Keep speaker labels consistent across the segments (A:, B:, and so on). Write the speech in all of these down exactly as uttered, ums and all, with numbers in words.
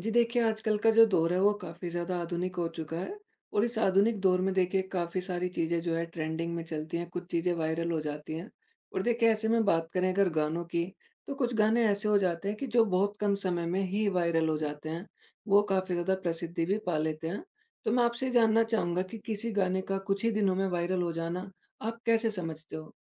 A: जी देखिए, आजकल का जो दौर है वो काफ़ी ज़्यादा आधुनिक हो चुका है। और इस आधुनिक दौर में देखिए काफ़ी सारी चीज़ें जो है ट्रेंडिंग में चलती हैं, कुछ चीज़ें वायरल हो जाती हैं। और देखिए ऐसे में बात करें अगर गानों की, तो कुछ गाने ऐसे हो जाते हैं कि जो बहुत कम समय में ही वायरल हो जाते हैं, वो काफ़ी ज़्यादा प्रसिद्धि भी पा लेते हैं। तो मैं आपसे जानना चाहूँगा कि किसी गाने का कुछ ही दिनों में वायरल हो जाना, आप कैसे समझते हो?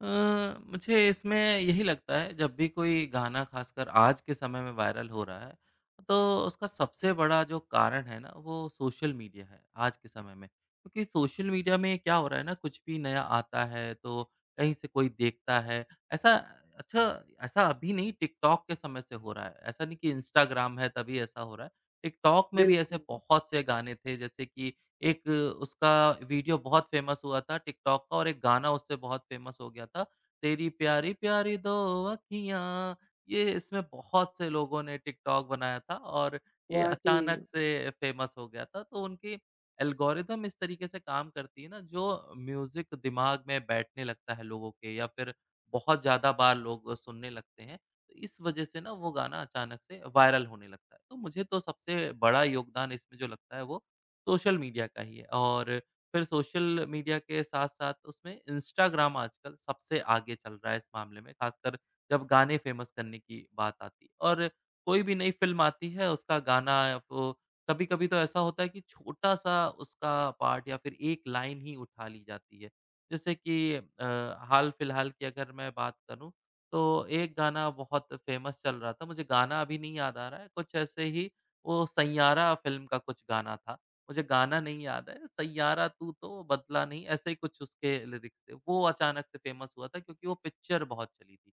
B: अ, मुझे इसमें यही लगता है, जब भी कोई गाना ख़ासकर आज के समय में वायरल हो रहा है, तो उसका सबसे बड़ा जो कारण है ना, वो सोशल मीडिया है, आज के समय में। क्योंकि सोशल मीडिया में क्या हो रहा है ना, कुछ भी नया आता है तो कहीं से कोई देखता है। ऐसा अच्छा ऐसा अभी नहीं, टिकटॉक के समय से हो रहा है, ऐसा नहीं कि इंस्टाग्राम है तभी ऐसा हो रहा है। टिकटॉक में भी ऐसे
A: बिल्कुल।
B: बहुत से गाने थे, जैसे कि एक उसका वीडियो बहुत फ़ेमस हुआ था टिकटॉक का, और एक गाना उससे बहुत फ़ेमस हो गया था, तेरी प्यारी-प्यारी दो अँखियाँ। ये इसमें बहुत से लोगों ने टिकटॉक बनाया था और ये
A: वाक़ई।
B: अचानक से फ़ेमस हो गया था। तो उनकी एल्गोरिदम इस तरीके से काम करती है ना, जो म्यूज़िक दिमाग में बैठने लगता है लोगों के, या फिर बहुत ज़्यादा बार लोग सुनने लगते हैं। तो इस वजह से ना वो गाना अचानक से वायरल होने लगता है। तो मुझे तो सबसे बड़ा योगदान इसमें जो लगता है, वो सोशल मीडिया का ही है। और फिर सोशल मीडिया के साथ-साथ, उसमें इंस्टाग्राम आजकल सबसे आगे चल रहा है इस मामले में, खासकर जब गाने फेमस करने की बात आती है। और कोई भी नई फ़िल्म आती है, उसका गाना वो कभी-कभी तो ऐसा होता है कि छोटा-सा उसका पार्ट या फिर एक लाइन ही उठा ली जाती है। जैसे कि अ, हाल-फिलहाल की अगर मैं बात करूँ, तो एक गाना बहुत फेमस चल रहा था, मुझे गाना अभी नहीं याद आ रहा है, कुछ ऐसे ही, वो सैंयारा फ़िल्म का कुछ गाना था। मुझे गाना नहीं याद है, सैयारा तू तो बदला नहीं, ऐसे ही कुछ उसके लिरिक्स थे। वो अचानक से फ़ेमस हुआ था क्योंकि वो पिक्चर बहुत चली थी।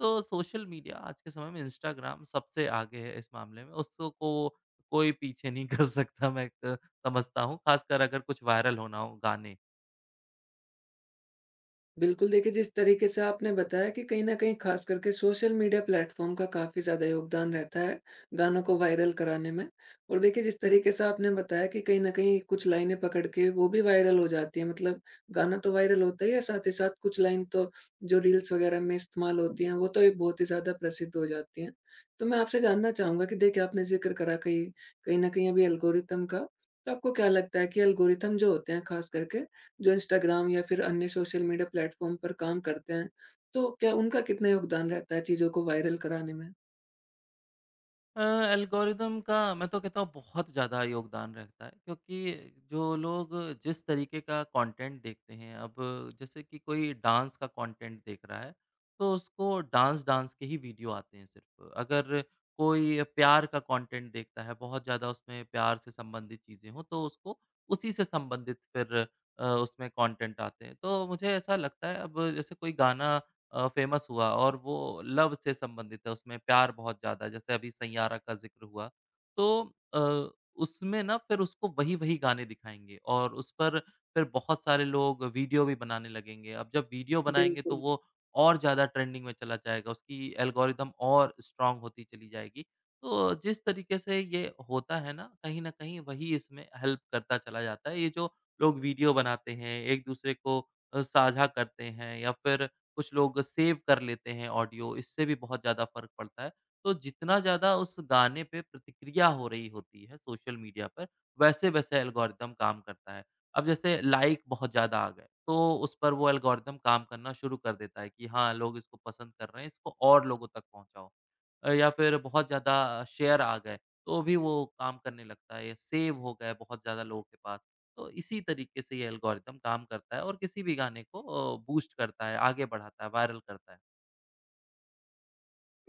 B: तो सोशल मीडिया, आज के समय में इंस्टाग्राम सबसे आगे है इस मामले में, उसको कोई पीछे नहीं कर सकता, मैं एक समझता हूँ, ख़ासकर अगर कुछ वायरल होना हो गाने।
A: बिल्कुल देखिए, जिस तरीके से आपने बताया कि कहीं न कहीं ख़ास करके सोशल मीडिया प्लेटफ़ॉर्म का काफ़ी ज़्यादा योगदान रहता है, गानों को वायरल कराने में। और देखिए, जिस तरीके से आपने बताया कि कहीं न कहीं कुछ लाइनें पकड़ के वो भी वायरल हो जाती हैं, मतलब गाना तो वायरल होता ही है, साथ ही साथ कुछ लाइन तो जो रील्स वग़ैरह में इस्तेमाल होती हैं, वो तो एक बहुत ही ज़्यादा प्रसिद्ध हो जाती हैं। तो मैं आपसे जानना चाहूँगा कि देखिए, आपने ज़िक्र करा कहीं कहीं न कहीं अभी एल्गोरिथम का, तो आपको क्या लगता है कि एल्गोरिथम जो होते हैं ख़ास करके, जो इंस्टाग्राम या फिर अन्य सोशल मीडिया प्लेटफ़ॉर्म पर काम करते हैं, तो क्या उनका कितना योगदान रहता है चीज़ों को वायरल कराने में?
B: अ, एल्गोरिदम का मैं तो कहता हूँ बहुत ज़्यादा योगदान रहता है, क्योंकि जो लोग जिस तरीके का कंटेंट देखते हैं, अब जैसे कि कोई डांस का कंटेंट देख रहा है, तो उसको डांस डांस के ही वीडियो आते हैं सिर्फ। अगर कोई प्यार का कंटेंट देखता है बहुत ज़्यादा, उसमें प्यार से संबंधित चीज़ें हों, तो उसको उसी से संबंधित फिर अ, उसमें कंटेंट आते हैं। तो मुझे ऐसा लगता है, अब जैसे कोई गाना अ, फेमस हुआ और वो लव से संबंधित है, उसमें प्यार बहुत ज़्यादा है, जैसे अभी सैयारा का ज़िक्र हुआ। तो अ, उसमें ना फिर उसको वही-वही गाने दिखाएँगे और उस पर फिर बहुत सारे लोग वीडियो भी बनाने लगेंगे। अब जब वीडियो बनाएँगे तो
A: बिल्कुल।
B: वो और ज़्यादा ट्रेंडिंग में चला जाएगा, उसकी एल्गोरिदम और स्ट्रॉन्ग होती चली जाएगी। तो जिस तरीके से ये होता है ना, कहीं न कहीं वही इसमें हेल्प करता चला जाता है। ये जो लोग वीडियो बनाते हैं, एक-दूसरे को अ, साझा करते हैं, या फिर कुछ लोग सेव कर लेते हैं ऑडियो, इससे भी बहुत ज़्यादा फ़र्क पड़ता है। तो जितना ज़्यादा उस गाने पे प्रतिक्रिया हो रही होती है सोशल मीडिया पर, वैसे-वैसे एल्गोरिदम काम करता है। अब जैसे लाइक बहुत ज़्यादा आ गए, तो उस पर वो एल्गोरिदम काम करना शुरू कर देता है कि हाँ, लोग इसको पसंद कर रहे हैं, इसको और लोगों तक पहुँचाओ। अ, या फिर बहुत ज़्यादा शेयर आ गए, तो भी वो काम करने लगता है। सेव हो गए बहुत ज़्यादा लोगों के पास। तो इसी तरीके से ये एल्गोरिदम काम करता है और किसी भी गाने को अ, बूस्ट करता है, आगे बढ़ाता है, वायरल करता है।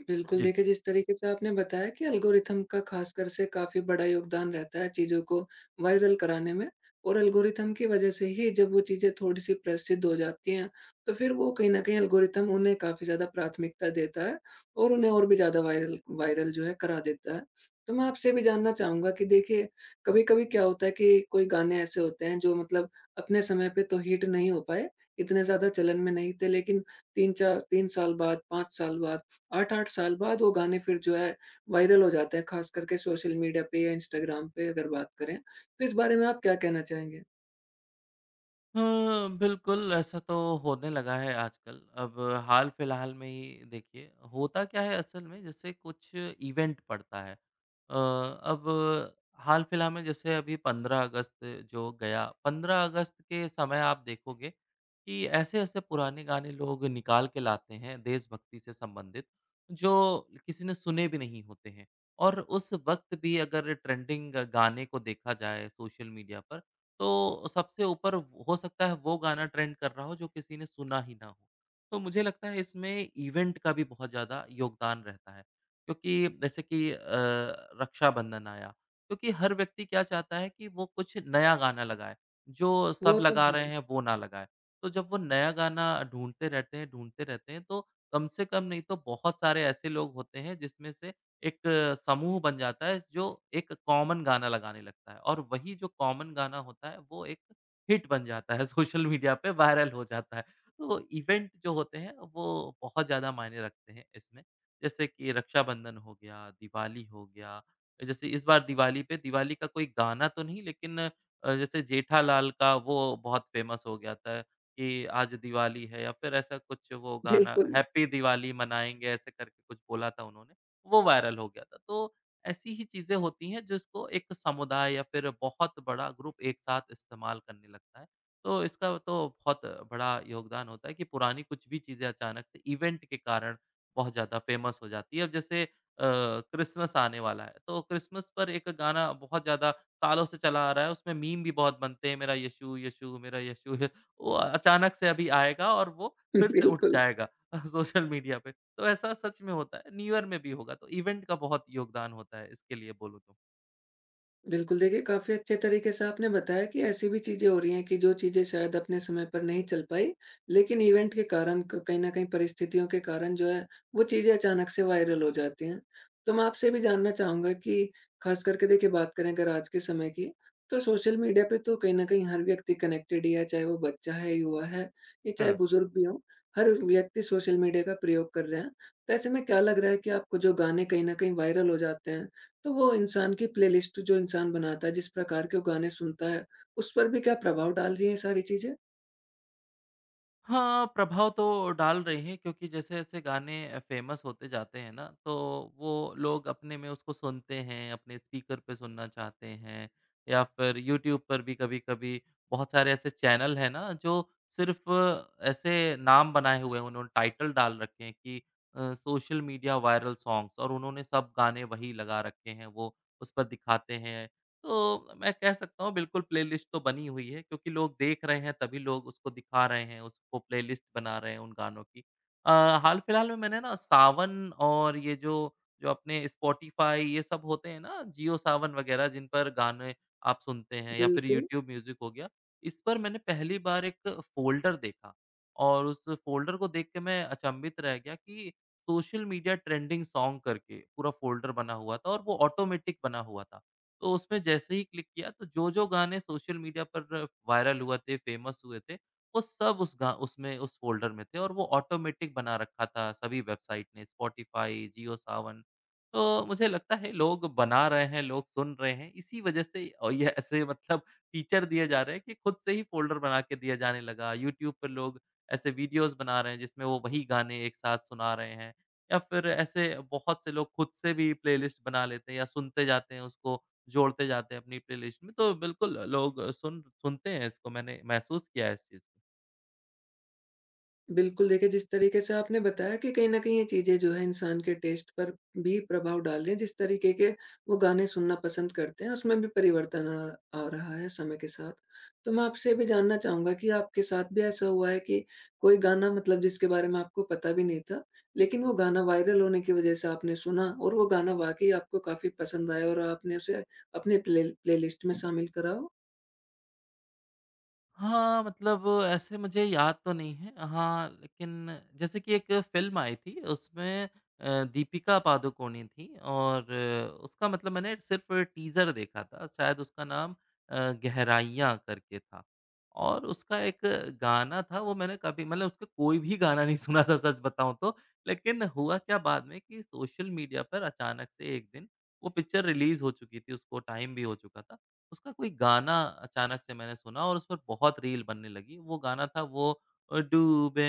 A: बिल्कुल,
B: जी।
A: देखिए जिस तरीके से आपने बताया कि एल्गोरिथम का ख़ासकर से काफ़ी बड़ा योगदान रहता है चीज़ों को वायरल कराने में और एल्गोरिथम की वज़ह से ही जब वो चीज़ें थोड़ी-सी प्रसिद्ध हो जाती हैं, तो फिर वो कहीं न कहीं एल्गोरिथम उन्हें काफ़ी ज़्यादा प्राथमिकता देता है और उन्हें और भी ज़्यादा वायरल वायरल जो है करा देता है। तो मैं आपसे भी जानना चाहूँगा कि देखिए, कभी-कभी क्या होता है कि कोई गाने ऐसे होते हैं जो मतलब अपने समय पे तो हिट नहीं हो पाए, इतने ज़्यादा चलन में नहीं थे लेकिन तीन चार तीन साल बाद, पाँच साल बाद आठ आठ साल बाद वो गाने फिर जो है वायरल हो जाते हैं, ख़ास करके सोशल मीडिया पे या इंस्टाग्राम पे अगर बात करें। तो इस बारे में आप क्या कहना चाहेंगे?
B: हाँ, बिल्कुल ऐसा तो होने लगा है आजकल। अब हाल-फिलहाल में ही देखिए, होता क्या है असल में, जैसे कुछ इवेंट पड़ता है। अ, अब हाल-फिलहाल में जैसे अभी पंद्रह अगस्त जो गया, पंद्रह अगस्त के समय आप देखोगे कि ऐसे-ऐसे पुराने गाने लोग निकाल के लाते हैं देशभक्ति से संबंधित, जो किसी ने सुने भी नहीं होते हैं। और उस वक़्त भी अगर ट्रेंडिंग गाने को देखा जाए सोशल मीडिया पर, तो सबसे ऊपर हो सकता है वो गाना ट्रेंड कर रहा हो जो किसी ने सुना ही ना हो। तो मुझे लगता है इसमें इवेंट का भी बहुत ज़्यादा योगदान रहता है। क्योंकि जैसे कि अ, रक्षाबंधन आया, क्योंकि हर व्यक्ति क्या चाहता है कि वो कुछ नया गाना लगाए, जो सब
A: वो तो
B: लगा
A: है।
B: रहे हैं वो ना लगाए। तो जब वो नया गाना ढूँढते रहते हैं, ढूँढते रहते हैं, तो कम से कम नहीं तो बहुत सारे ऐसे लोग होते हैं जिसमें से एक समूह बन जाता है, जो एक कॉमन गाना लगाने लगता है, और वही जो कॉमन गाना होता है वो एक हिट बन जाता है सोशल मीडिया पे वायरल हो जाता है। तो इवेंट जो होते हैं वो बहुत ज़्यादा मायने रखते हैं इसमें। जैसे कि रक्षाबंधन हो गया, दिवाली हो गया, जैसे इस बार दिवाली पे दिवाली का कोई गाना तो नहीं, लेकिन अ, जैसे जेठालाल का वो बहुत फ़ेमस हो गया था कि आज दिवाली है, या फिर ऐसा कुछ, वो गाना
A: बिल्कुल।
B: हैप्पी दिवाली मनाएँगे, ऐसे करके कुछ बोला था उन्होंने। वो वायरल हो गया था। तो ऐसी ही चीज़ें होती हैं, जिसको एक समुदाय या फिर बहुत बड़ा ग्रुप एक साथ इस्तेमाल करने लगता है। तो इसका तो बहुत बड़ा योगदान होता है कि पुरानी कुछ भी चीज़ें अचानक से इवेंट के कारण बहुत ज़्यादा फ़ेमस हो जाती है। अब जैसे अ, क्रिसमस आने वाला है, तो क्रिसमस पर एक गाना बहुत ज़्यादा सालों से चला आ रहा है, उसमें मीम भी बहुत बनते हैं, मेरा यीशु, यीशु, मेरा यीशु वो अचानक से अभी आएगा और वो फिर से उठ
A: बिल्कुल।
B: जाएगा सोशल मीडिया पे। तो ऐसा सच में होता है, न्यू ईयर में भी होगा, तो इवेंट का बहुत योगदान होता है इसके लिए बोलूँ तो।
A: बिल्कुल, देखिए काफ़ी अच्छे तरीके से आपने बताया कि ऐसी भी चीज़ें हो रही हैं कि जो चीज़ें शायद अपने समय पर नहीं चल पाई, लेकिन इवेंट के कारण क कहीं न कहीं परिस्थितियों के कारण जो है, वो चीज़ें अचानक से वायरल हो जाती हैं। तो मैं आपसे भी जानना चाहूँगा कि ख़ास करके देखिए बात करें अगर आज के समय की, तो सोशल मीडिया पे तो कहीं न कहीं हर व्यक्ति कनेक्टेड ही है, चाहे वो बच्चा है, युवा है या चाहे
B: हाँ।
A: बुज़ुर्ग भी हो, हर व्यक्ति सोशल मीडिया का प्रयोग कर रहे हैं। तो ऐसे में क्या लग रहा है कि आपको जो गाने कहीं न कहीं वायरल हो जाते हैं, तो वो इंसान की प्लेलिस्ट जो इंसान बनाता है, जिस प्रकार के वो गाने सुनता है, उस पर भी क्या प्रभाव डाल रही हैं ये सारी चीज़ें?
B: हाँ, प्रभाव तो डाल रहे हैं, क्योंकि जैसे-जैसे गाने अ, फ़ेमस होते जाते हैं ना, तो वो लोग अपने में उसको सुनते हैं, अपने स्पीकर पे सुनना चाहते हैं, या फिर यूट्यूब पर भी कभी-कभी बहुत सारे ऐसे चैनल हैं ना, जो सिर्फ़ ऐसे नाम बनाए हुए हैं, उन्होंने टाइटल डाल रखे हैं कि uh, social media viral songs, और उन्होंने सब गाने वही लगा रखे हैं, वो उस पर दिखाते हैं। तो मैं कह सकता हूँ बिल्कुल प्लेलिस्ट तो बनी हुई है, क्योंकि लोग देख रहे हैं तभी लोग उसको दिखा रहे हैं, उसको प्लेलिस्ट बना रहे हैं उन गानों की। अ, हाल-फिलहाल में मैंने ना सावन, और ये जो जो अपने स्पॉटिफ़ाई ये सब होते हैं ना, जियो सावन वगैरह, जिन पर गाने आप सुनते हैं, या फिर
A: बिल्कुल।
B: यूट्यूब म्यूज़िक हो गया, इस पर मैंने पहली बार एक फ़ोल्डर देखा, और उस फ़ोल्डर को देख के मैं अचंभित रह गया कि सोशल मीडिया ट्रेंडिंग सॉन्ग करके पूरा फ़ोल्डर बना हुआ था और वो ऑटोमेटिक बना हुआ था। तो उसमें जैसे ही क्लिक किया, तो जो-जो गाने सोशल मीडिया पर वायरल हुए थे, फेमस हुए थे, वो सब उस गा उसमें, उस फ़ोल्डर में थे, और वो ऑटोमेटिक बना रखा था सभी वेबसाइट ने, स्पॉटिफ़ाई, जियोसावन। तो मुझे लगता है लोग बना रहे हैं, लोग सुन रहे हैं, इसी वजह से, और ये ऐसे मतलब फीचर दिए जा रहे हैं कि खुद से ही फ़ोल्डर बना के दिया जाने लगा। यूट्यूब पर लोग ऐसे वीडियोज़ बना रहे हैं जिसमें वो वही गाने एक साथ सुना रहे हैं, या फिर ऐसे बहुत से लोग खुद से भी प्लेलिस्ट बना लेते हैं, या सुनते जाते हैं, उसको जोड़ते जाते हैं अपनी प्लेलिस्ट में। तो बिल्कुल लोग सुन सुनते हैं इसको, मैंने महसूस किया है इस चीज़ को।
A: बिल्कुल, देखिए जिस तरीके से आपने बताया कि कहीं न कहीं ये चीज़ें जो है इंसान के टेस्ट पर भी प्रभाव डाल रही हैं, जिस तरीके के वो गाने सुनना पसंद करते हैं, उसमें भी परिवर्तन आ आ रहा है समय के साथ। तो मैं आपसे ये भी जानना चाहूँगा कि आपके साथ भी ऐसा हुआ है कि कोई गाना मतलब जिसके बारे में आपको पता भी नहीं था, लेकिन वो गाना वायरल होने की वज़ह से आपने सुना और वो गाना वाक़ई आपको काफ़ी पसंद आया और आपने उसे अपने प्ले प्लेलिस्ट में शामिल करा हो?
B: हाँ, मतलब ऐसे मुझे याद तो नहीं है। हाँ, लेकिन जैसे कि एक फ़िल्म आई थी, उसमें अ, दीपिका पादुकोणे थी, और अ, उसका मतलब मैंने सिर्फ़ टीज़र देखा था। शायद उसका नाम अ, गहराइयाँ करके था, और उसका एक गाना था, वो मैंने कभी मतलब उसका कोई भी गाना नहीं सुना था, सच बताऊँ तो। लेकिन हुआ क्या बाद में कि सोशल मीडिया पर अचानक से एक दिन, वो पिक्चर रिलीज़ हो चुकी थी, उसको टाइम भी हो चुका था। उसका कोई गाना अचानक से मैंने सुना, और उस पर बहुत रील बनने लगी। वो गाना था वो ओ डूबे,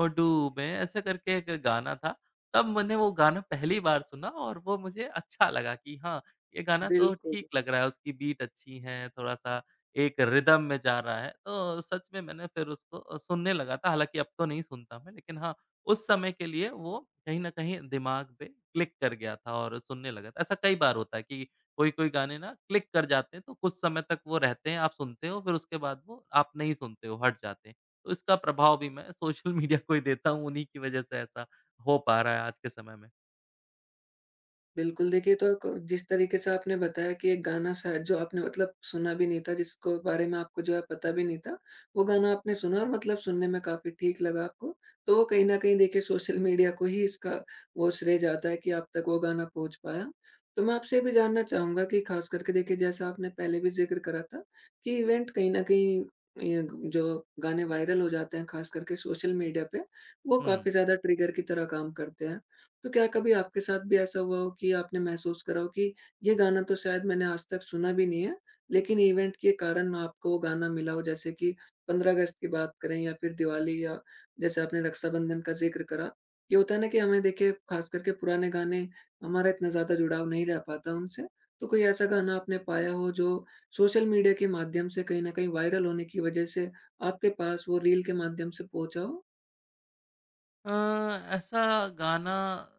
B: ओ डूबे ऐसे करके एक गाना था। तब मैंने वो गाना पहली बार सुना और वो मुझे अच्छा लगा कि हाँ, ये गाना तो
A: बिल्कुल।
B: ठीक लग रहा है, उसकी बीट अच्छी है, थोड़ा-सा एक रिदम में जा रहा है। तो सच में मैंने फिर उसको अ, सुनने लगा था, हालाँकि अब तो नहीं सुनता मैं, लेकिन हाँ, उस समय के लिए वो कहीं न कहीं दिमाग पे क्लिक कर गया था और सुनने लगा था। ऐसा कई बार होता है कि कोई-कोई गाने ना क्लिक कर जाते हैं, तो कुछ समय तक वो रहते हैं, आप सुनते हो, फिर उसके बाद वो आप नहीं सुनते हो, हट जाते हैं। तो इसका प्रभाव भी मैं सोशल मीडिया को ही देता हूँ, उन्हीं की वजह से ऐसा हो पा रहा है आज के समय में।
A: बिल्कुल, देखिए तो क जिस तरीके से आपने बताया कि एक गाना शायद जो आपने मतलब सुना भी नहीं था, जिसको बारे में आपको जो है पता भी नहीं था, वो गाना आपने सुना और मतलब सुनने में काफ़ी ठीक लगा आपको। तो वो कहीं न कहीं देखिए सोशल मीडिया को ही इसका वो श्रेय जाता है कि आप तक वो गाना पहुँच पाया। तो मैं आपसे ये भी जानना चाहूँगा कि ख़ास करके देखिए जैसा आपने पहले भी ज़िक्र करा था कि इवेंट कहीं न कहीं य जो गाने वायरल हो जाते हैं ख़ास करके सोशल मीडिया पे, वो
B: हुँ।
A: काफ़ी ज़्यादा ट्रिगर की तरह काम करते हैं। तो क्या कभी आपके साथ भी ऐसा हुआ हो कि आपने महसूस करा हो कि ये गाना तो शायद मैंने आज तक सुना भी नहीं है, लेकिन इवेंट के कारण आपको वो गाना मिला हो जैसे कि 15 अगस्त की बात करें या फिर दिवाली या जैसे आपने रक्षाबंधन का ज़िक्र करा। ये होता है ना कि हमें देखिए ख़ास करके पुराने गाने हमारा इतना ज़्यादा जुड़ाव नहीं रह पाता उनसे। तो कोई ऐसा गाना आपने पाया हो जो सोशल मीडिया के माध्यम से कहीं न कहीं वायरल होने की वज़ह से आपके पास वो रील के माध्यम से पहुँचा हो?
B: अ, ऐसा गाना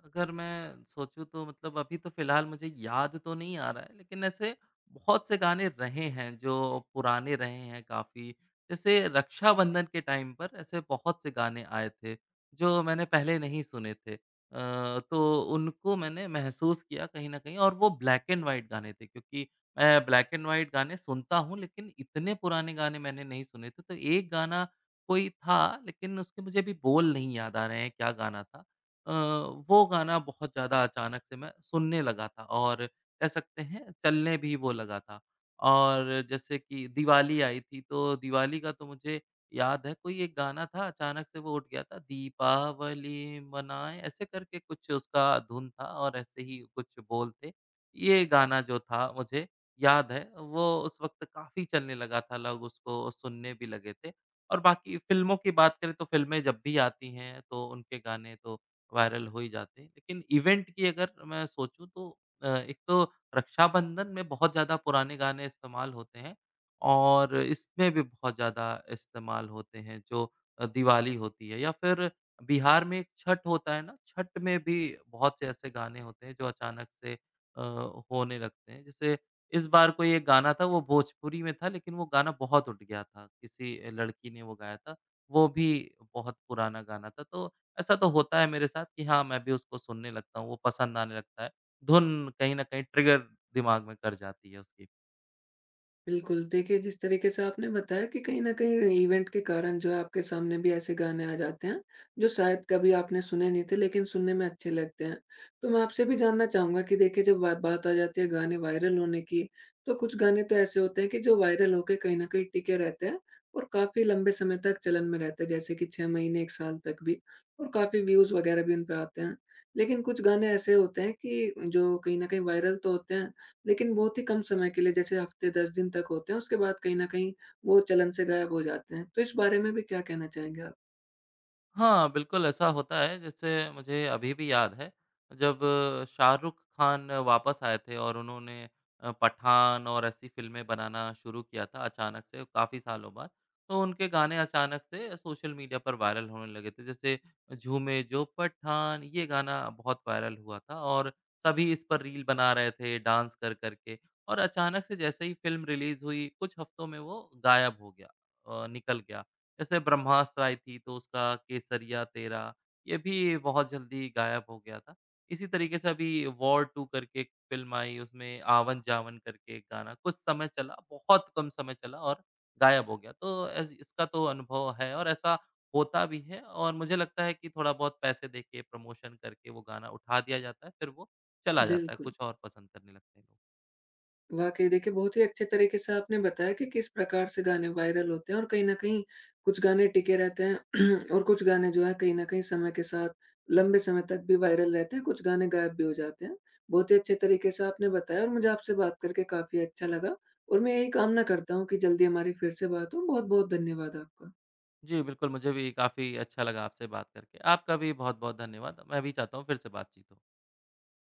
B: अगर मैं सोचूँ तो मतलब अभी तो फ़िलहाल मुझे याद तो नहीं आ रहा है, लेकिन ऐसे बहुत से गाने रहे हैं जो पुराने रहे हैं काफ़ी। जैसे रक्षाबंधन के टाइम पर ऐसे बहुत से गाने आए थे, जो मैंने पहले नहीं सुने थे। अ, तो उनको मैंने महसूस किया कहीं न कहीं और वो ब्लैक एंड व्हाइट गाने थे, क्योंकि मैं ब्लैक एंड व्हाइट गाने सुनता हूँ, लेकिन इतने पुराने गाने मैंने नहीं सुने थे। तो एक गाना कोई था, लेकिन उसके मुझे अभी बोल नहीं याद आ रहे हैं क्या गाना था। अ, वो गाना बहुत ज़्यादा अचानक से मैं सुनने लगा था और कह सकते हैं चलने भी वो लगा था। और जैसे कि दिवाली आई थी, तो दिवाली का तो मुझे याद है, कोई एक गाना था अचानक से वो उठ गया था, दीपावली मनाएँ ऐसे करके कुछ उसका धुन था और ऐसे ही कुछ बोल थे। ये गाना जो था मुझे याद है वो उस वक़्त काफ़ी चलने लगा था, लोग उसको सुनने भी लगे थे। और बाकी फ़िल्मों की बात करें तो फ़िल्में जब भी आती हैं तो उनके गाने तो वायरल हो ही जाते हैं। लेकिन इवेंट की अगर मैं सोचूँ तो अ, एक तो रक्षाबंधन में बहुत ज़्यादा पुराने गाने इस्तेमाल होते हैं और इसमें भी बहुत ज़्यादा इस्तेमाल होते हैं। जो अ, दिवाली होती है, या फिर बिहार में एक छठ होता है ना, छठ में भी बहुत से ऐसे गाने होते हैं जो अचानक से अ, होने लगते हैं। जैसे इस बार कोई एक गाना था, वो भोजपुरी में था, लेकिन वो गाना बहुत उठ गया था, किसी अ, लड़की ने वो गाया था, वो भी बहुत पुराना गाना था। तो ऐसा तो होता है मेरे साथ कि हाँ, मैं भी उसको सुनने लगता हूँ, वो पसंद आने लगता है। धुन कहीं न कहीं ट्रिगर दिमाग में कर जाती है उसकी।
A: बिल्कुल, देखिए जिस तरीके से आपने बताया कि कहीं न कहीं इवेंट के कारण जो है आपके सामने भी ऐसे गाने आ जाते हैं, जो शायद कभी आपने सुने नहीं थे लेकिन सुनने में अच्छे लगते हैं। तो मैं आपसे भी जानना चाहूँगा कि देखिए जब बा बात आ जाती है गाने वायरल होने की, तो कुछ गाने तो ऐसे होते हैं कि जो वायरल होके कहीं न कहीं टिके रहते हैं और काफ़ी लंबे समय तक चलन में रहते हैं, जैसे कि छह महीने, एक साल तक भी और काफ़ी व्यूज़ वगैरह भी उन पे आते हैं। लेकिन कुछ गाने ऐसे होते हैं कि जो कहीं न कहीं वायरल तो होते हैं लेकिन बहुत ही कम समय के लिए जैसे हफ्ते दस दिन तक होते हैं, उसके बाद कहीं न कहीं वो चलन से गायब हो जाते हैं। तो इस बारे में भी क्या कहना चाहेंगे आप?
B: हाँ, बिल्कुल ऐसा होता है, जैसे मुझे अभी भी याद है, जब शाहरुख खान वापस आए थे और उन्होंने अ, पठान और ऐसी फ़िल्में बनाना शुरू किया था अचानक से काफ़ी सालों बाद, तो उनके गाने अचानक से सोशल मीडिया पर वायरल होने लगे थे। जैसे झूमे जो पठान, ये गाना बहुत वायरल हुआ था और सभी इस पर रील बना रहे थे डांस कर कर के, और अचानक से जैसे ही फ़िल्म रिलीज़ हुई कुछ हफ्तों में वो गायब हो गया, अ, निकल गया। जैसे ब्रह्मास्त्र आई थी तो उसका केसरिया तेरा, ये भी बहुत जल्दी गायब हो गया था। इसी तरीके से अभी वॉर टू करके एक फ़िल्म आई, उसमें आवन-जावन करके एक गाना कुछ समय चला, बहुत कम समय चला और गायब हो गया। तो ऐस इसका तो अनुभव है और ऐसा होता भी है, और मुझे लगता है कि थोड़ा बहुत पैसे देके प्रमोशन करके वो गाना उठा दिया जाता है, फिर वो चला जाता है,
A: बिल्कुल,
B: कुछ और पसंद करने लगते हैं लोग।
A: वाक़ई देखिए बहुत ही अच्छे तरीके से आपने बताया कि किस प्रकार से गाने वायरल होते हैं और कहीं न कहीं कुछ गाने टिके रहते हैं और कुछ गाने जो हैं कहीं न कहीं समय के साथ लंबे समय तक भी वायरल रहते हैं, कुछ गाने गायब भी हो जाते हैं। बहुत ही अच्छे तरीके से आपने बताया और मुझे आपसे बात करके काफ़ी अच्छा लगा और मैं यही कामना करता हूँ कि जल्दी हमारी फिर से बात हो। बहुत-बहुत धन्यवाद आपका।
B: जी, बिल्कुल मुझे भी काफ़ी अच्छा लगा आपसे बात करके। आपका भी बहुत-बहुत धन्यवाद। मैं भी चाहता हूँ फिर से बातचीत हो।